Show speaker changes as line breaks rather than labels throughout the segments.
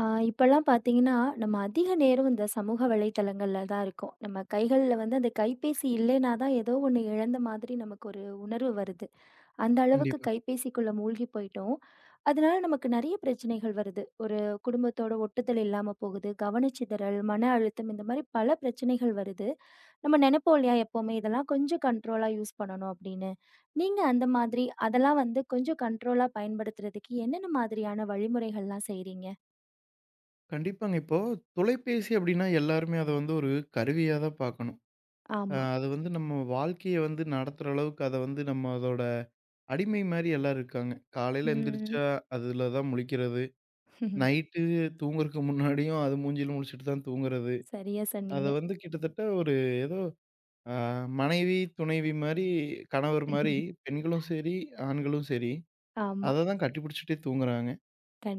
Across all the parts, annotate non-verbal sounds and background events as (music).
ஆ இப்பல்லாம் பார்த்தீங்கன்னா, நம்ம அதிக நேரம் இந்த சமூக வலைதளங்கள்ல தான் இருக்கோம். நம்ம கைகள்ல வந்து அந்த கைபேசி இல்லைனா தான் ஏதோ ஒண்ணு இழந்த மாதிரி நமக்கு ஒரு உணர்வு வருது. அந்த அளவுக்கு
கண்டிப்பா.
கைபேசிக்குள்ள மூழ்கி போயிட்டோம். அதனால நமக்கு நெறைய பிரச்சனைகள் வருது. ஒரு குடும்பத்தோட ஒட்டுதல் இல்லாம போகுது, கவனச்சிதறல், மன அழுத்தம் இந்த மாரி பல பிரச்சனைகள் வருது. நம்ம நெனைப்போம் இல்லையா, எப்பவுமே இதெல்லாம் கொஞ்சம் கண்ட்ரோலா யூஸ் பண்ணணும் அப்படின்னு. நீங்க அந்த மாதிரி அதெல்லாம் வந்து கொஞ்சம் கண்ட்ரோலா பயன்படுத்துறதுக்கு என்னென்ன மாதிரியான வழிமுறைகள்லாம் செய்றீங்க?
கண்டிப்பாங்க. இப்போ தொலைபேசி அப்டின்னா எல்லாருமே அத வந்து ஒரு கருவியா தான் பார்க்கணும்.
ஆமா.
அது வந்து நம்ம வாழ்க்கைய வந்து நடத்துற அளவுக்கு அத வந்து நம்ம அதோட அடிமை மாரி எல்லாரும் இருக்காங்க. காலையில
ம்.
எந்திரிச்சா அதுல தான் முழிக்கிறது.
(laughs)
நைட்டு தூங்குறதுக்கு முன்னாடியும் அது மூஞ்சில முழிச்சுட்டு தான் தூங்குறது.
சரியா
அத
சொன்னீங்க.
வந்து கிட்டத்தட்ட ஒரு ஏதோ அ மனைவி, துணைவி மாரி, கணவர் மாரி, பெண்களும் சரி, ஆண்களும் சரி,
ஆமா.
அத தான் கட்டிப்பிடிச்சுட்டே தூங்குறாங்க.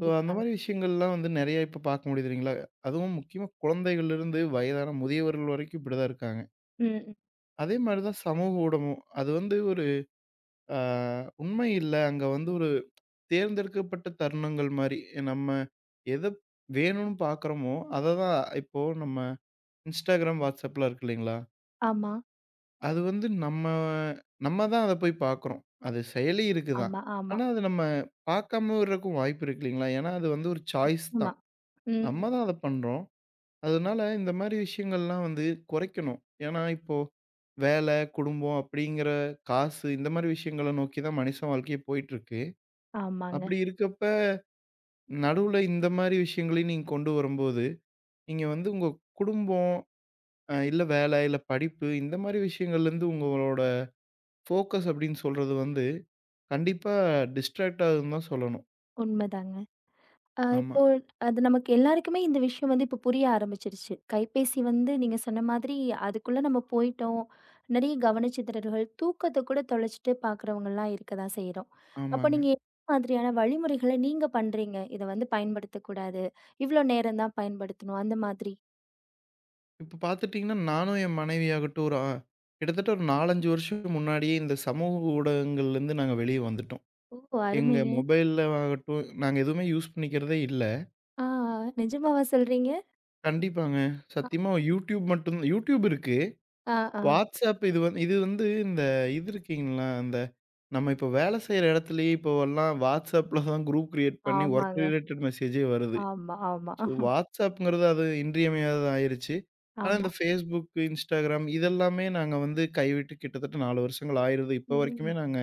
ஸோ அந்த மாரி விஷயங்கள்லாம் வந்து நெறையா இப்ப பார்க்க முடியுது இல்லைங்களா? அதுவும் முக்கியமா குழந்தைகள்லருந்து வயதான முதியவர்கள் வரைக்கும் இப்படி தான் இருக்காங்க.
ம்.
அதே மாரி தான் சமூக ஊடகம். அது வந்து ஒரு ஆ உண்மை இல்ல. அங்க வந்து ஒரு தேர்ந்தெடுக்கப்பட்ட தருணங்கள் மாரி. நம்ம எத வேணும்னு பார்க்குறோமோ, அத தான் இப்போ நம்ம Instagram, Whatsappலாம் இருக்கு இல்லைங்களா?
ஆமா,
அது வந்து நம்ம நம்ம தான் அத போய் பார்க்குறோம். அது செயலி இருக்கு தான்.
ஆமா, ஆமா,
ஆனா அது நம்ம பார்க்காம இருக்கவும் வாய்ப்பு இருக்கு இல்லைங்களா? ஏன்னா அது வந்து ஒரு சாய்ஸ்
ஆமா.
தான்.
ம்.
நம்ம தான் அத பண்றோம். அதனால இந்த மாரி விஷயங்கள்லாம் வந்து குறைக்கணும். ஏன்னா, இப்போ வேலை, குடும்பம் அப்படிங்கிற காசு இந்த மாரி விஷயங்கள நோக்கி தான் மனிஷன் வாழ்க்கையே போயிட்டுருக்கு.
ஆமாங்க.
அப்படி இருக்கப்ப, நடுவுல இந்த மாரி விஷயங்களையும் நீங்க கொண்டு வரும்போது, நீங்க வந்து உங்க குடும்பம், இல்ல வேலை, இல்ல படிப்பு இந்த மாரி விஷயங்கள்லேருந்து உங்களோட ஃபோக்கஸ் அப்படின்னு சொல்றது வந்து, கண்டிப்பா டிஸ்ட்ராக்ட் ஆகுதுன்னு தான் சொல்லணும்.
உண்மதாங்க.
ஆமா.
இப்போ அது நமக்கு எல்லாருக்குமே இந்த விஷயம் வந்து இப்ப புரிய ஆரம்பிச்சிருச்சு. கைபேசி வந்து நீங்க சொன்ன மாதிரி அதுக்குள்ள நம்ம போயிட்டோம். நெறைய கவனச்சிதறல்கள், தூக்கத்த கூட தொலைச்சுட்டு பார்க்குறவங்கலாம் இருக்க தான் செய்றோம். அப்ப
ஆமாங்க.
நீங்க எந்த மாதிரியான வழிமுறைகள நீங்க பண்றீங்க? இத வந்து பயன்படுத்தக்கூடாது. இவ்ளோ நேரம் தான் பயன்படுத்தணும் அந்த மாதிரி.
இப்ப பார்த்துட்டீங்கன்னா, நானும் என் மனைவியாகட்டும் ஒரு கிட்டத்தட்ட ஒரு 4, 5 வருஷத்துக்கு முன்னாடியே இந்த சமூக ஊடகங்கள்லேருந்து நாங்க வெளிய வந்துட்டோம்.
ஓ!
எங்க
அருமைங்க.
மொபைல்ல ஆகட்டும், நாங்க எதுவுமே யூஸ் பண்ணிக்கிறதே இல்ல.
ஆ, நிஜமாவா சொல்றீங்க?
கண்டிப்பாங்க.
ஆ.
சத்தியமா YouTube மட்டும் YouTube இருக்கு.
ஆ, ஆ.
WhatsApp இது வந்து இந்த இது இருக்கீங்களா, அந்த நம்ம இப்போ வேலை செய்ற இடத்துலயே இப்போவெல்லாம் WhatsAppல தான் குரூப் கிரியேட் பண்ணி ஒர்க்
ஆமாங்க.
ரிலேட்டட் மெசேஜே வருது.
ஆமா, ஆமா,
ஸோ வாட்ஸ்அப்ங்கிறது அது இன்றியமையாதது ஆயிருச்சு. ஆனா
ஆமா.
இந்த Facebook, Instagram இதெல்லாமே நாங்க வந்து கைவிட்டு கிட்டத்தட்ட 4 வருஷங்கள் ஆயிருது. இப்போ வரைக்குமே
ம்.
நாங்க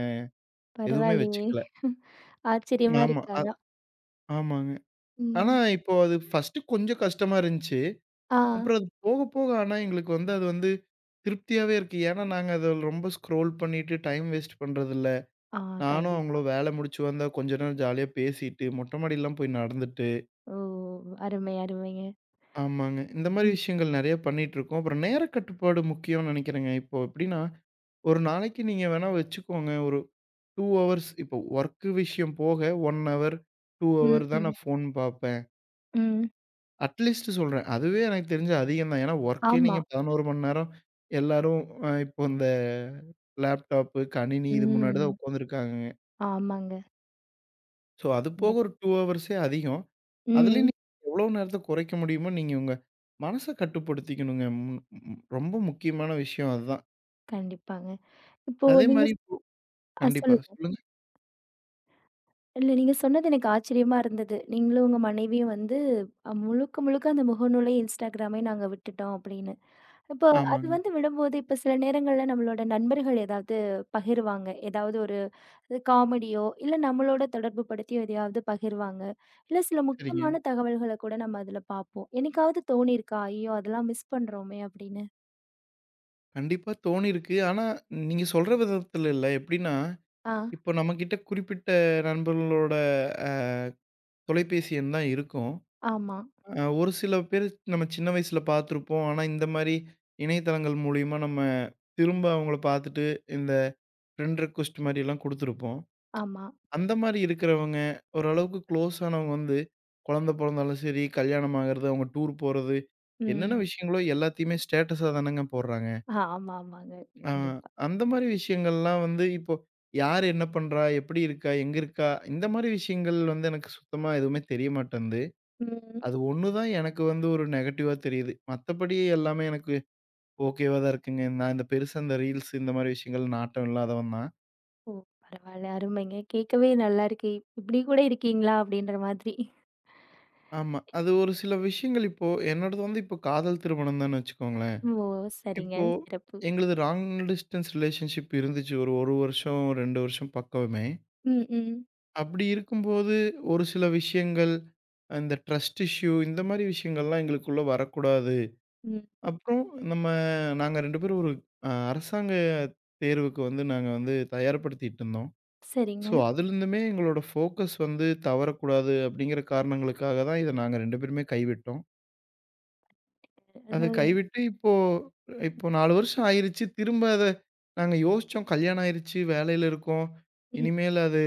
எதுவுமே
பரவாயில்லையே!
வச்சுக்கல.
ஆச்சரியமா
ஆமா.
இருக்கு ஆனா.
ஆமாங்க. ஆனா
ம்.
இப்போ அது ஃபர்ஸ்ட்டு கொஞ்சம் கஷ்டமா இருந்துச்சு.
ஆ,
அப்புறம் அது போக போக ஆனா எங்களுக்கு வந்து அது வந்து திருப்தியாவே இருக்கு. ஏன்னா நாங்க அத ரொம்ப ஸ்க்ரோல் பண்ணிட்டு டைம் வேஸ்ட் பண்றதில்ல.
ஆ
நானும்
கண்டிப்பா.
அவங்களும் வேலை முடிச்சு வந்தா கொஞ்ச நேரம் ஜாலியா பேசிட்டு மொட்டை மாடிலாம் போய் நடந்துட்டு.
ஓ! அருமை, அருமைங்க.
ஆமாங்க. இந்த மாரி
ம்,
விஷயங்கள் நெறைய பண்ணிட்டுருக்கோம். அப்புறம் நேர கட்டுப்பாடு முக்கியம்னு நெனைக்கிறேங்க. இப்போ எப்படின்னா, ஒரு நாளைக்கு நீங்க வேணா வச்சுக்கோங்க, ஒரு 2 ஹவர்ஸ் இப்போ வொர்க்கு விஷயம் போக 1 ஹவர், 2
ம்,
ஹவர் தான்
ம்,
நான் ஃபோன் பார்ப்பேன்.
ம்.
அட்லீஸ்ட் சொல்றேன். அதுவே எனக்கு தெரிஞ்சு அதிகம் தான். ஏன்னா வொர்க்கே
ஆமா.
நீங்க 11 மணி நேரம் எல்லாரும் இப்போ இந்த லேப்டாப்பு, கணினி இது முன்னாடி தான்
ம்.
உட்காந்துருக்காங்கங்க.
ஆமாங்க.
ஸோ அது போக
கண்டிப்
ஒரு 2 ஹவர்ஸே அதிகம். அதுலயும்
ம்.
நீங்க எவ்வளோ நேரத்த குறைக்க முடியுமோ, நீங்க உங்க மனச கட்டுப்படுத்திக்கணுங்க. ம் ம் ரொம்ப முக்கியமான விஷயம் அதுதான்.
கண்டிப்பாங்க. இப்போ
அதே
நீங்க
மாரி
ஸ்
இப்போ
ஆ
கண்டிப்பா.
சொல்லுங்க.
சொல்லுங்க.
இல்ல, நீங்க சொன்னது எனக்கு ஆச்சரியமா இருந்தது. நீங்களும் உங்க மனைவியும் வந்து முழுக்க முழுக்க அந்த முகநூலை, Instagramஐ நாங்க விட்டுட்டோம் அப்படின்னு. இப்போ அது
ஆமாங்க.
வந்து விடும்போது, இப்ப சில நேரங்கள்ல நம்மளோட நண்பர்கள் ஏதாவது பகிர்வாங்க. ஏதாவது ஒரு காமெடியோ, இல்ல நம்மளோட தொடர்பு படுத்தியோ எதையாவது பகிர்வாங்க. இல்ல சில
சரிங்க.
முக்கியமான தகவல்கள கூட நம்ம அதுல பார்ப்போம். என்னைக்காவது தோணியிருக்கா? ஐயோ! அதெல்லாம் மிஸ் பண்றோமே அப்படின்னு.
கண்டிப்பா தோணியிருக்கு. ஆனா, நீங்க சொல்ற விதத்துல இல்ல. எப்படின்னா,
ஆ,
இப்போ நம்மகிட்ட குறிப்பிட்ட நண்பர்களோட அ தொலைபேசி எண் தான் இருக்கும்.
ஆமா,
ஒரு சில பேர் நம்ம சின்ன வயசுல பார்த்துருப்போம். ஆனா, இந்த மாரி இணையதளங்கள் மூலியமா நம்ம திரும்ப அவங்கள பார்த்துட்டு, இந்த ஃப்ரெண்ட் ரெக்வெஸ்ட் மாரியெல்லாம் குடுத்துருப்போம்.
ஆமா.
அந்த மாரி இருக்கிறவங்க, ஓரளவுக்கு க்ளோஸ் ஆனவங்க வந்து, குழந்தை பொறந்தாலும் சரி, கல்யாணம் ஆகுறது, அவங்க டூர் போறது, என்னென்ன
ம்.
விஷயங்களோ எல்லாத்தையுமே ஸ்டேட்டஸா தானங்க போடுறாங்க.
ஆ, ஆமா, ஆமாங்க.
அ
கண்டிப்பா.
அந்த மாரி விஷயங்கள்லாம் வந்து இப்போ யார் என்ன பண்றா? எப்படி இருக்கா? எங்க இருக்கா? இந்த மாரி விஷயங்கள் வந்து எனக்கு சுத்தமா எதுவுமே தெரிய மாட்டேன்து.
ம்.
அது ஒண்ணு தான் எனக்கு வந்து ஒரு நெகட்டிவா தெரியுது. மத்தபடி எல்லாமே எனக்கு ஓகேவா தான் இருக்குங்க. நான் இந்த பெருசா இந்த ரீல்ஸ் இந்த மாரி விஷயங்கள் நாட்டம் இல்லாதவன் தான்.
ஓ! பரவால்ல. அருமைங்க. கேட்கவே நல்லா இருக்கு. இப்படி கூட இருக்கீங்களா? அப்படின்ற மாதிரி.
ஆமா. அது ஒரு சில விஷயங்கள் இப்போ என்னோடது வந்து இப்போ காதல் திருமணம் தான்னு வச்சுக்கோங்களேன்.
ஓ! சரிங்க.
இப்போ
சிறப்பு.
எங்களுது லாங் டிஸ்டன்ஸ் ரிலேஷன்ஷிப் இருந்துச்சு. ஒரு 1 வருஷம், 2 வருஷம் பக்கமே.
ம், ம்,
அப்படி இருக்கும்போது ஒரு சில விஷயங்கள், இந்த ட்ரஸ்ட் இஷ்யூ இந்த மாரி விஷயங்கள்லாம் எங்களுக்குள்ள வரக்கூடாது.
ம்.
அப்புறம் நம்ம நாங்க 2 பேரும் ஒரு அரசாங்க தேர்வுக்கு வந்து நாங்க வந்து தயார்படுத்திட்டு இருந்தோம். ஸோ,
சரிங்க.
அதிலிருந்துமே எங்களோட ஃபோக்கஸ் வந்து தவறக்கூடாது அப்படிங்கிற காரணங்களுக்காக தான் இத நாங்க 2 பேருமே கைவிட்டோம். அத
அது
கைவிட்டு இப்போ இப்போ 4 வருஷம் ஆயிருச்சு. திரும்ப அத நாங்க யோசிச்சோம். கல்யாணம் ஆயிருச்சு, வேலையில இருக்கோம்.
ம்,
இனிமேல் அது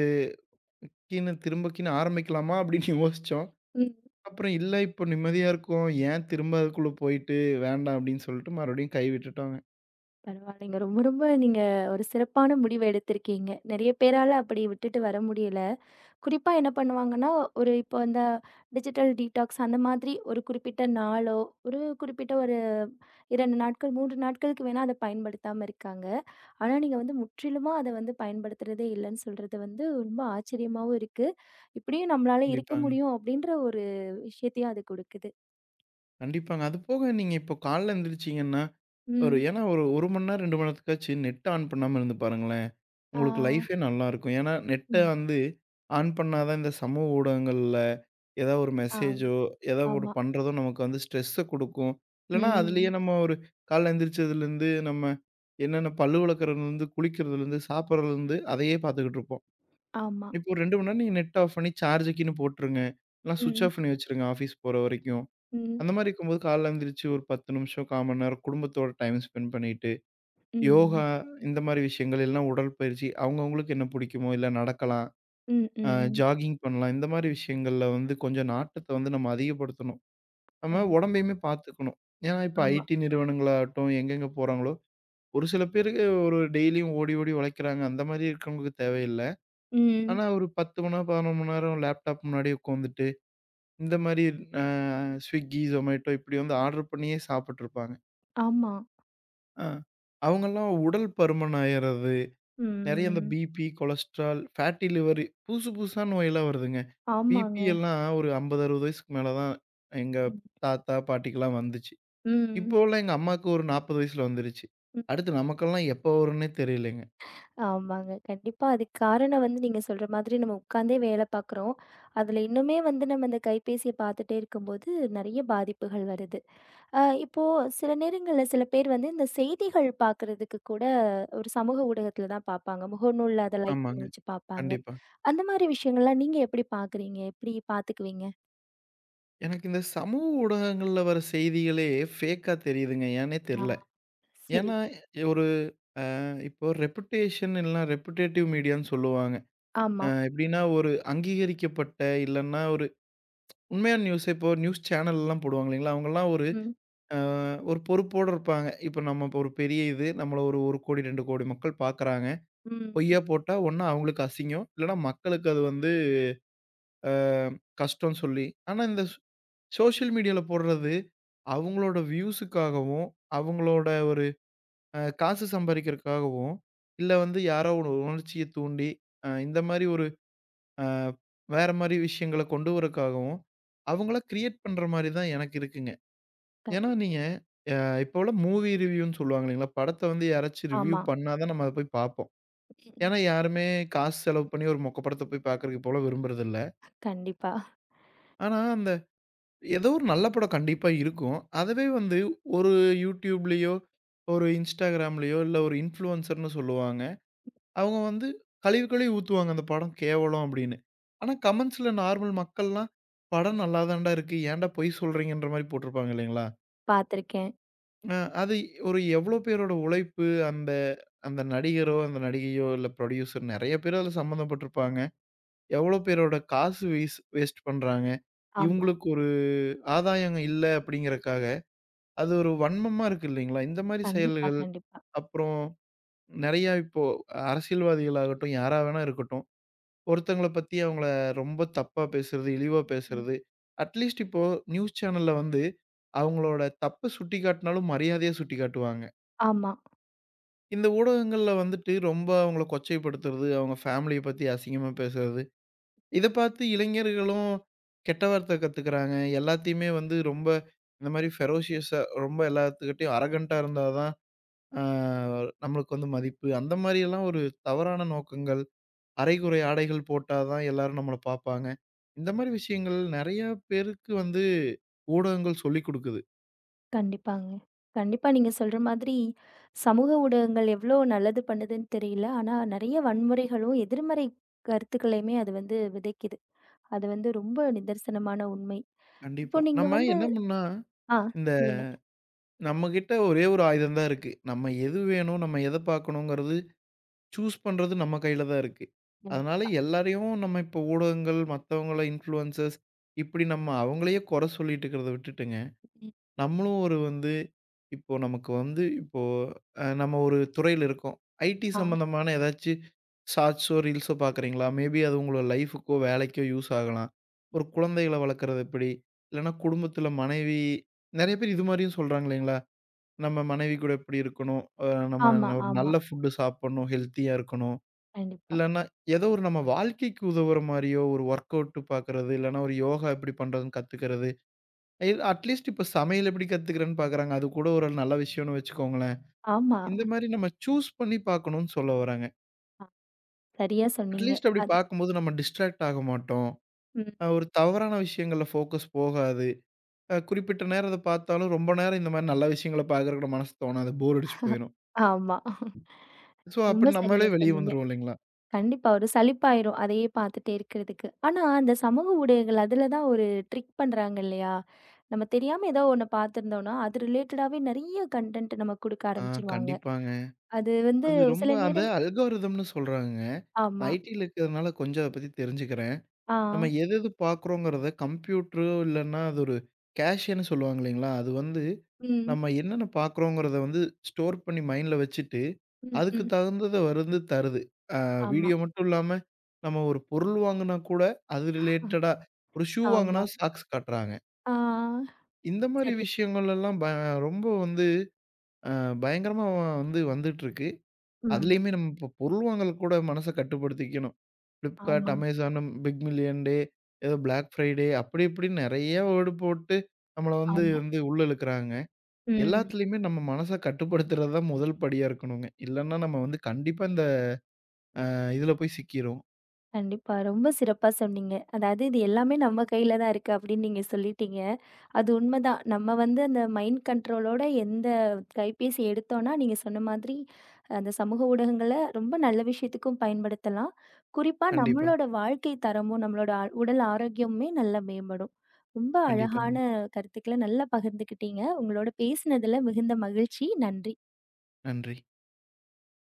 கீன்னு திரும்பக்கீன்னு ஆரம்பிக்கலாமா? அப்படின்னு (laughs) யோசிச்சோம்.
ம்.
அப்புறம் இல்ல இப்போ நிம்மதியா இருக்கோம். ஏன் திரும்ப அதுக்குள்ள போயிட்டு வேண்டாம் அப்படின்னு சொல்லிட்டு மறுபடியும் கை விட்டுட்டோங்க.
பரவாயில்லைங்க. ரொம்ப ரொம்ப நீங்க ஒரு சிறப்பான முடிவு எடுத்திருக்கீங்க. நெறைய பேரால அப்படி விட்டுட்டு வர முடியல. குறிப்பா என்ன பண்ணுவாங்கன்னா, ஒரு இப்போ இந்த டிஜிட்டல் டீடாக்ஸ் அந்த மாதிரி ஒரு குறிப்பிட்ட நாளோ, ஒரு குறிப்பிட்ட ஒரு 2 நாட்கள், 3 நாட்களுக்கு வேணா அத பயன்படுத்தாம இருக்காங்க. ஆனா நீங்க வந்து முற்றிலுமா அத வந்து பயன்படுத்துறதே இல்லன்னு சொல்றது வந்து ரொம்ப ஆச்சரியமாவும் இருக்கு. இப்படியும் நம்மளால இருக்க
கண்டிப்பாங்க.
முடியும் அப்படின்ற ஒரு விஷயத்தையும் அது குடுக்குது.
கண்டிப்பாங்க. அது போக நீங்க இப்போ காலைல எந்திரிச்சீங்கன்னா, ஒரு
ம்.
ஏன்னா ஒரு 1 மணி நேரம் 2 மணி நேரத்துக்காச்சு நெட் ஆன் பண்ணாம இருந்து பாருங்களேன்.
ஆ.
உங்களுக்கு லைஃபே நல்லாருக்கும். ஏன்னா நெட்ட
ம்.
வந்து ஆன் பண்ணா தான் இந்த சமூக ஊடகங்கள்ல ஏதாவது ஒரு
ஆ,
மெசேஜோ, ஏதாவது ஒரு
ஆமா.
பண்றதோ நமக்கு வந்து ஸ்ட்ரெஸ்ஸ குடுக்கும். இல்லன்னா அதிலேயே
ம்.
நம்ம ஒரு காலைல எந்திரிச்சதுலேருந்து நம்ம என்னென்ன பல்லு விளக்குறதுலேருந்து, குளிக்கிறதுலேருந்து, சாப்பிடுறதுலேருந்து அதையே பார்த்துக்கிட்டு இருப்போம்.
ஆமா.
இப்போ ஒரு 2 மணி நேரம் நீங்க நெட் ஆஃப் பண்ணி சார்ஜுக்குன்னு போட்டுருங்க. இல்லன்னா ஸ்விட்ச்
ம்.
ஆஃப் பண்ணி வச்சுருங்க ஆஃபீஸ் போற வரைக்கும்.
ம்.
அந்த மாரி இருக்கும்போது காலைல எந்திரிச்சு ஒரு 10 நிமிஷம், 1/4 மணி நேரம் குடும்பத்தோட டைம் ஸ்பெண்ட் பண்ணிட்டு
ம்.
யோகா இந்த மாரி விஷயங்கள் இல்லைன்னா உடற்பயிற்சி அவங்கவங்களுக்கு என்ன பிடிக்குமோ, இல்ல நடக்கலாம்,
ம்,
அ
ம்.
ஜாகிங் பண்ணலாம். இந்த மாரி விஷயங்கள்ல வந்து கொஞ்சம் நாட்டத்த வந்து நம்ம அதிகப்படுத்தணும். நம்ம
கண்டிப்பா.
உடம்பையுமே பார்த்துக்கணும். ஏன்னா இப்ப
ஆமா.
ஐடி நிறுவனங்களாகட்டும், எங்கெங்க போறாங்களோ, ஒரு சில பேருக்கு ஒரு டெய்லியும் ஓடி ஓடி உழைக்கிறாங்க. அந்த மாரி இருக்கிறவங்களுக்கு தேவையில்ல.
ம்.
ஆனா ஒரு 10 மணி நேரம், 11 மணி நேரம் லேப்டாப் முன்னாடி உட்காந்துட்டு, இந்த மாரி அ Swiggy, Zomato இப்படி வந்து ஆர்டர் பண்ணியே சாப்பிட்டுருப்பாங்க.
ஆமா.
அ அவங்கலாம் உடல் பருமன் ஆயிறது. நெறைய இந்த
ம்.
பிபி, கொலஸ்ட்ரால், ஃபேட்டி லிவர் புதுசு புதுசா நோயெல்லாம் வருதுங்க. பிபி
ஆமாங்க.
எல்லாம் ஒரு 50, 60 வயசுக்கு மேல தான் எங்க
ம்.
தாத்தா, பாட்டிக்கெல்லாம் வந்துச்சு.
ம்.
இப்போ உள்ள எங்க அம்மாவுக்கு ஒரு 40 வயசுல வந்துருச்சு.
ம்.
அடுத்து நமக்கெல்லாம் எப்போ வரும்ன்னே தெரியலங்க.
ஆமாங்க. கண்டிப்பா. அதுக்கு காரணம் வந்து நீங்க சொல்ற மாதிரி நம்ம உட்கார்ந்தே வேலை பார்க்குறோம். அதுல இன்னுமே வந்து நம்ம இந்த கைபேசிய பார்த்துட்டே இருக்கும்போது நெறைய பாதிப்புகள் வருது. இப்போ சில நேரங்கள்ல சில பேர் வந்து இந்த செய்திகள் பார்க்குறதுக்கு கூட ஒரு சமூக ஊடகத்துல தான் பார்ப்பாங்க. முகநூல்ல அத லைக் பண்ணி
ஆமாங்க.
வச்சு பார்ப்பாங்க.
கண்டிப்பா.
அந்த மாரி விஷயங்கள்லாம் நீங்க எப்படி பார்க்குறீங்க? எப்படி பார்த்துக்குவீங்க?
எனக்கு இந்த சமூக ஊடகங்கள்ல வர செய்திகளே ஃபேக்கா தெரியுதுங்க. ஏன்னே
ஆ.
தெரியல.
சரி,
ஏன்னா
சரி.
ஒரு இப்போ ரெபுடேஷன் இல்லனா ரெபுடேட்டிவ் மீடியான்னு சொல்லுவாங்க.
ஆமா.
எப்படின்னா ஒரு அங்கீகரிக்கப்பட்ட இல்லன்னா உண்மையான நியூஸ் இப்போ நியூஸ் சேனல்லாம் போடுவாங்க இல்லைங்களா? அவங்கலாம்
ம்.
அ ஒரு பொறுப்போட இருப்பாங்க. இப்ப நம்ம இப்ப ஒரு பெரிய இது நம்மள ஒரு 1,00,00,000, 2,00,00,000 மக்கள் பார்க்குறாங்க.
ம்.
பொய்யா போட்டா ஒண்ணு அவங்களுக்கு அசிங்கம், இல்லன்னா மக்களுக்கு அது வந்து அ கஷ்டம்னு சொல்லி. ஆனா இந்த சோஷியல் மீடியால போடுறது அவங்களோட வியூஸுக்காகவும், அவங்களோட ஒரு காசு சம்பாரிக்கிறதுக்காகவும், இல்ல வந்து யாரோ ஒரு உணர்ச்சிய தூண்டி இந்த மாரி ஒரு அ வேற மாரி விஷயங்கள கொண்டு வரக்காகவும், அவங்களா கிரியேட் பண்ற மாரி தான் எனக்கு இருக்குங்க. ஏன்னா
கண்டிப்பா.
நீங்க அ இப்போ உள்ள மூவி ரிவ்யூன்னு சொல்லுவாங்க இல்லைங்களா? படத்த வந்து யாராச்சும் ரிவ்யூ
ஆமா.
பண்ணா தான் நம்ம அத போய் பார்ப்போம்.
ம்.
ஏன்னா யாருமே காசு செலவு பண்ணி ஒரு மொக்க படத்த போய் பார்க்கறதுக்கு இப்போலாம் விரும்புறதில்ல.
கண்டிப்பா.
ஆனா அந்த ஏதோ ஒரு நல்ல படம் கண்டிப்பா இருக்கும். அதுவே வந்து ஒரு YouTubeலயோ, ஒரு Instagramலயோ இல்ல ஒரு இன்ஃப்ளூயன்சர்ன்னு சொல்லுவாங்க. அவங்க வந்து கழுவி கழுவி ஊத்துவாங்க அந்த படம் கேவலம் அப்படின்னு. ஆனா கமெண்ட்ஸ்ல நார்மல் மக்கள்லாம், "படம் நல்லா தான்டா இருக்கு. ஏன்டா பொய் சொல்றீங்கன்ற" மாரி போட்டிருப்பாங்க இல்லைங்களா?
பார்த்துருக்கேன்.
அ அது ஒரு எவ்வளோ பேரோட உழைப்பு, அந்த அந்த நடிகரோ, அந்த நடிகையோ, இல்ல ப்ரொடியூசர் நெறைய பேர் அதுல சம்மந்தப்பட்டிருப்பாங்க. எவ்வளோ பேரோட காசு வீஸ் வேஸ்ட் பண்றாங்க.
ஆமா.
இவங்களுக்கு ஒரு ஆதாயம் இல்ல அப்படிங்கிறக்காக, அது ஒரு வன்மமா இருக்கு இல்லைங்களா? இந்த மாரி
கண்டிப்பா,
செயல்கள்,
கண்டிப்பா.
அப்புறம் நெறையா இப்போ அரசியல்வாதிகளாகட்டும், யாரா வேணா இருக்கட்டும், ஒருத்தங்கள பத்தி அவங்கள ரொம்ப தப்பா பேசுறது, இழிவா
ம்.
பேசுறது. அட்லீஸ்ட் இப்போ நியூஸ் சேனல்ல வந்து அவங்களோட தப்ப சுட்டிக்காட்டினாலும் மரியாதையா சுட்டிக்காட்டுவாங்க.
ஆமா.
இந்த ஊடகங்கள்ல வந்துட்டு ரொம்ப அவங்கள கொச்சைப்படுத்துறது, அவங்க ஃபேமிலிய பத்தி அசிங்கமா பேசுறது, இத பார்த்து இளைஞர்களும் கெட்ட வார்த்தை கத்துக்கிறாங்க. எல்லாத்தையுமே வந்து ரொம்ப இந்த மாரி ஃபெரோஷியஸா ரொம்ப எல்லாத்துக்கிட்டயும் அரகன்ட்டா இருந்தா தான் ஆ நம்மளுக்கு வந்து மதிப்பு. அந்த மாரியெல்லாம் ஒரு தவறான நோக்கங்கள், அரைகுறை ஆடைகள் போட்டா தான் எல்லாரும் நம்மள பார்ப்பாங்க. இந்த மாரி விஷயங்கள் நெறையா பேருக்கு வந்து ஊடகங்கள் சொல்லிக் குடுக்குது.
கண்டிப்பாங்க. கண்டிப்பா நீங்க சொல்ற மாதிரி சமூக ஊடகங்கள் எவ்ளோ நல்லது பண்ணுதுன்னு தெரியல. ஆனா நெறைய வன்முறைகளும், எதிர்மறை கருத்துக்களையுமே அது வந்து விதைக்குது. அது வந்து ரொம்ப நிதர்சனமான உண்மை. இப்போ
கண்டிப்பா.
நீங்க
நம்ம
வந்து
என்ன பண்ணா
ஆ சொல்லுங்க.
நம்மகிட்ட ஒரே ஒரு ஆயுதம் தான் இருக்கு. நம்ம எது வேணும், நம்ம எத பார்க்கணுங்கிறது சூஸ் பண்றது நம்ம கையில தான் இருக்கு.
ம்.
அதனால எல்லாரையும் நம்ம இப்போ ஊடகங்கள், மத்தவங்கள இன்ஃப்ளூயன்சர்ஸ் இப்படி நம்ம அவங்களையே குறை சொல்லிட்டு இருக்கிறத விட்டுட்டுங்க,
ம்.
நம்மளும் ஒரு வந்து இப்போ நமக்கு வந்து இப்போ நம்ம ஒரு துறையில இருக்கோம். ஐடி
ஆ.
சம்மந்தமான ஏதாச்சும் ஷார்ட்ஸோ, ரீல்ஸோ பார்க்குறீங்களா? மேபி அது உங்களோட லைஃப்க்கோ, வேலைக்கோ யூஸ் ஆகலாம். ஒரு குழந்தைகள வளர்க்குறது எப்படி? இல்லைன்னா குடும்பத்தில மனைவி நெறைய பேர் இது மாரியும் சொல்றாங்க இல்லைங்களா? நம்ம மனைவி கூட எப்படி இருக்கணும்?
ஆமா,
ஒரு
ஆமா.
நல்ல ஃபுட் சாப்பிடணும், ஹெல்த்தியா இருக்கணும்.
கண்டிப்பா.
இல்லன்னா, ஏதோ ஒரு நம்ம வாழ்க்கைக்கு உதவுற மாரியோ, ஒரு வொர்க் அவுட் பார்க்குறது, இல்லன்னா ஒரு யோகா எப்படி பண்றதுன்னு கத்துக்கிறது. அட்லீஸ்ட் இப்ப சமையல் எப்படி கத்துக்கிறேன்னு பார்க்குறாங்க. அது கூட ஒரு நல்ல விஷயம்னு வச்சுக்கோங்களேன்.
ஆமா.
இந்த மாரி நம்ம சூஸ் பண்ணி பார்க்கணும்னு சொல்ல வராங்க.
சரியா சொன்னீங்க.
அட்லீஸ்ட் அப்படி
அது
பார்க்கும்போது நம்ம டிஸ்ட்ராக்ட் ஆக மாட்டோம்.
ம்.
ஒரு தவறான விஷயங்கள்ல ஃபோக்கஸ் போகாது. குறிப்பிட்ட நேரம் அத பார்த்தாலும் ரொம்ப நேரம் இந்த மாரி நல்ல விஷயங்கள பார்க்கறக்கு மனசு தோணாது. போர் அடிச்சு போயிரும்.
ஆமா.
ஸோ
ரொம்ப
அப்ப
சரியா
நம்மளே வெளிய
சொன்னீங்க.
வந்துருவோம் இல்லைங்களா?
கண்டிப்பா ஒரு சலிப்பாயிரும், அதையே பார்த்துட்டே இருக்கிறதுக்கு. ஆனா அந்த சமூக ஊடகங்கள் அதில தான் ஒரு ட்ரிக் பண்றாங்க இல்லையா? நம்ம தெரியாம ஏதோ ஒண்ணு பார்த்துருந்தோம்னா, அது ரிலேட்டடாவே நெறைய கன்டென்ட் நமக்கு குடுக்க
ஆ
ஆரம்பிச்சுருவாங்க.
கண்டிப்பாங்க.
அது வந்து
அது ரொம்ப
சில
அத
நேரம்.
அல்காரிதம்னு சொல்றாங்கங்க.
ஆமா.
ஐடில இருக்கிறதுனால கொஞ்சம் அத பத்தி தெரிஞ்சுக்கிறேன்.
ஆ.
நம்ம எது எது பார்க்குறோங்கிறத கம்ப்யூட்டரோ இல்லன்னா அது ஒரு கேஷன்னு சொல்லுவாங்க இல்லைங்களா? அது வந்து
ம்.
நம்ம என்னென்ன பார்க்குறோங்கிறத வந்து ஸ்டோர் பண்ணி மைண்ட்ல வச்சுட்டு,
ம்,
அதுக்கு
ம்.
தகுந்தத வந்து தருது.
ஆமா,
வீடியோ மட்டும் இல்லாம நம்ம ஒரு பொருள் வாங்குனா கூட அது ரிலேட்டடா ஒரு ஷூ
ஆமா.
வாங்குனா சாக்ஸ் காட்டுறாங்க.
ஆ.
இந்த மாரி
சரி.
விஷயங்கள் எல்லாம் ரொம்ப வந்து அ பயங்கரமா வந்து வந்துட்டுருக்கு.
ம்.
அதுலயுமே நம்ம இப்ப பொருள் வாங்கலுக்கு கூட மனச கட்டுப்படுத்திக்கணும். Flipkart,
ஆமா,
Amazon, பிக் மில்லியன் டே, ஏதோ பிளாக் ஃப்ரைடே அப்படி இப்படின்னு நெறைய வேர்டு போட்டு நம்மள வந்து
ஆமா.
வந்து உள்ள இழுக்குறாங்க.
ம்.
எல்லாத்துலயுமே நம்ம மனச கட்டுப்படுத்துறது தான் முதல் படியா இருக்கணுங்க. இல்லன்னா நம்ம வந்து கண்டிப்பா இந்த இதுல போய் சிக்கிருவோம்.
கண்டிப்பா. ரொம்ப சிறப்பா சொன்னீங்க. அதாவது இது எல்லாமே நம்ம கையில தான் இருக்கு அப்படின்னு நீங்க சொல்லிட்டீங்க. அது உண்மதான். நம்ம வந்து அந்த மைண்ட் கண்ட்ரோலோட எந்த கைபேசி எடுத்தோம்னா, நீங்க சொன்ன மாதிரி அந்த சமூக ஊடகங்கள ரொம்ப நல்ல விஷயத்துக்கும் பயன்படுத்தலாம். குறிப்பா
கண்டிப்பா,
நம்மளோட வாழ்க்கை தரமும், நம்மளோட உடல் ஆரோக்கியமுமே நல்லா மேம்படும். ரொம்ப
கண்டிப்பாங்க.
அழகான கருத்துக்கள நல்லா பகிர்ந்துக்கிட்டீங்க. உங்களோட பேசினதுல மிகுந்த மகிழ்ச்சி. நன்றி.
நன்றி.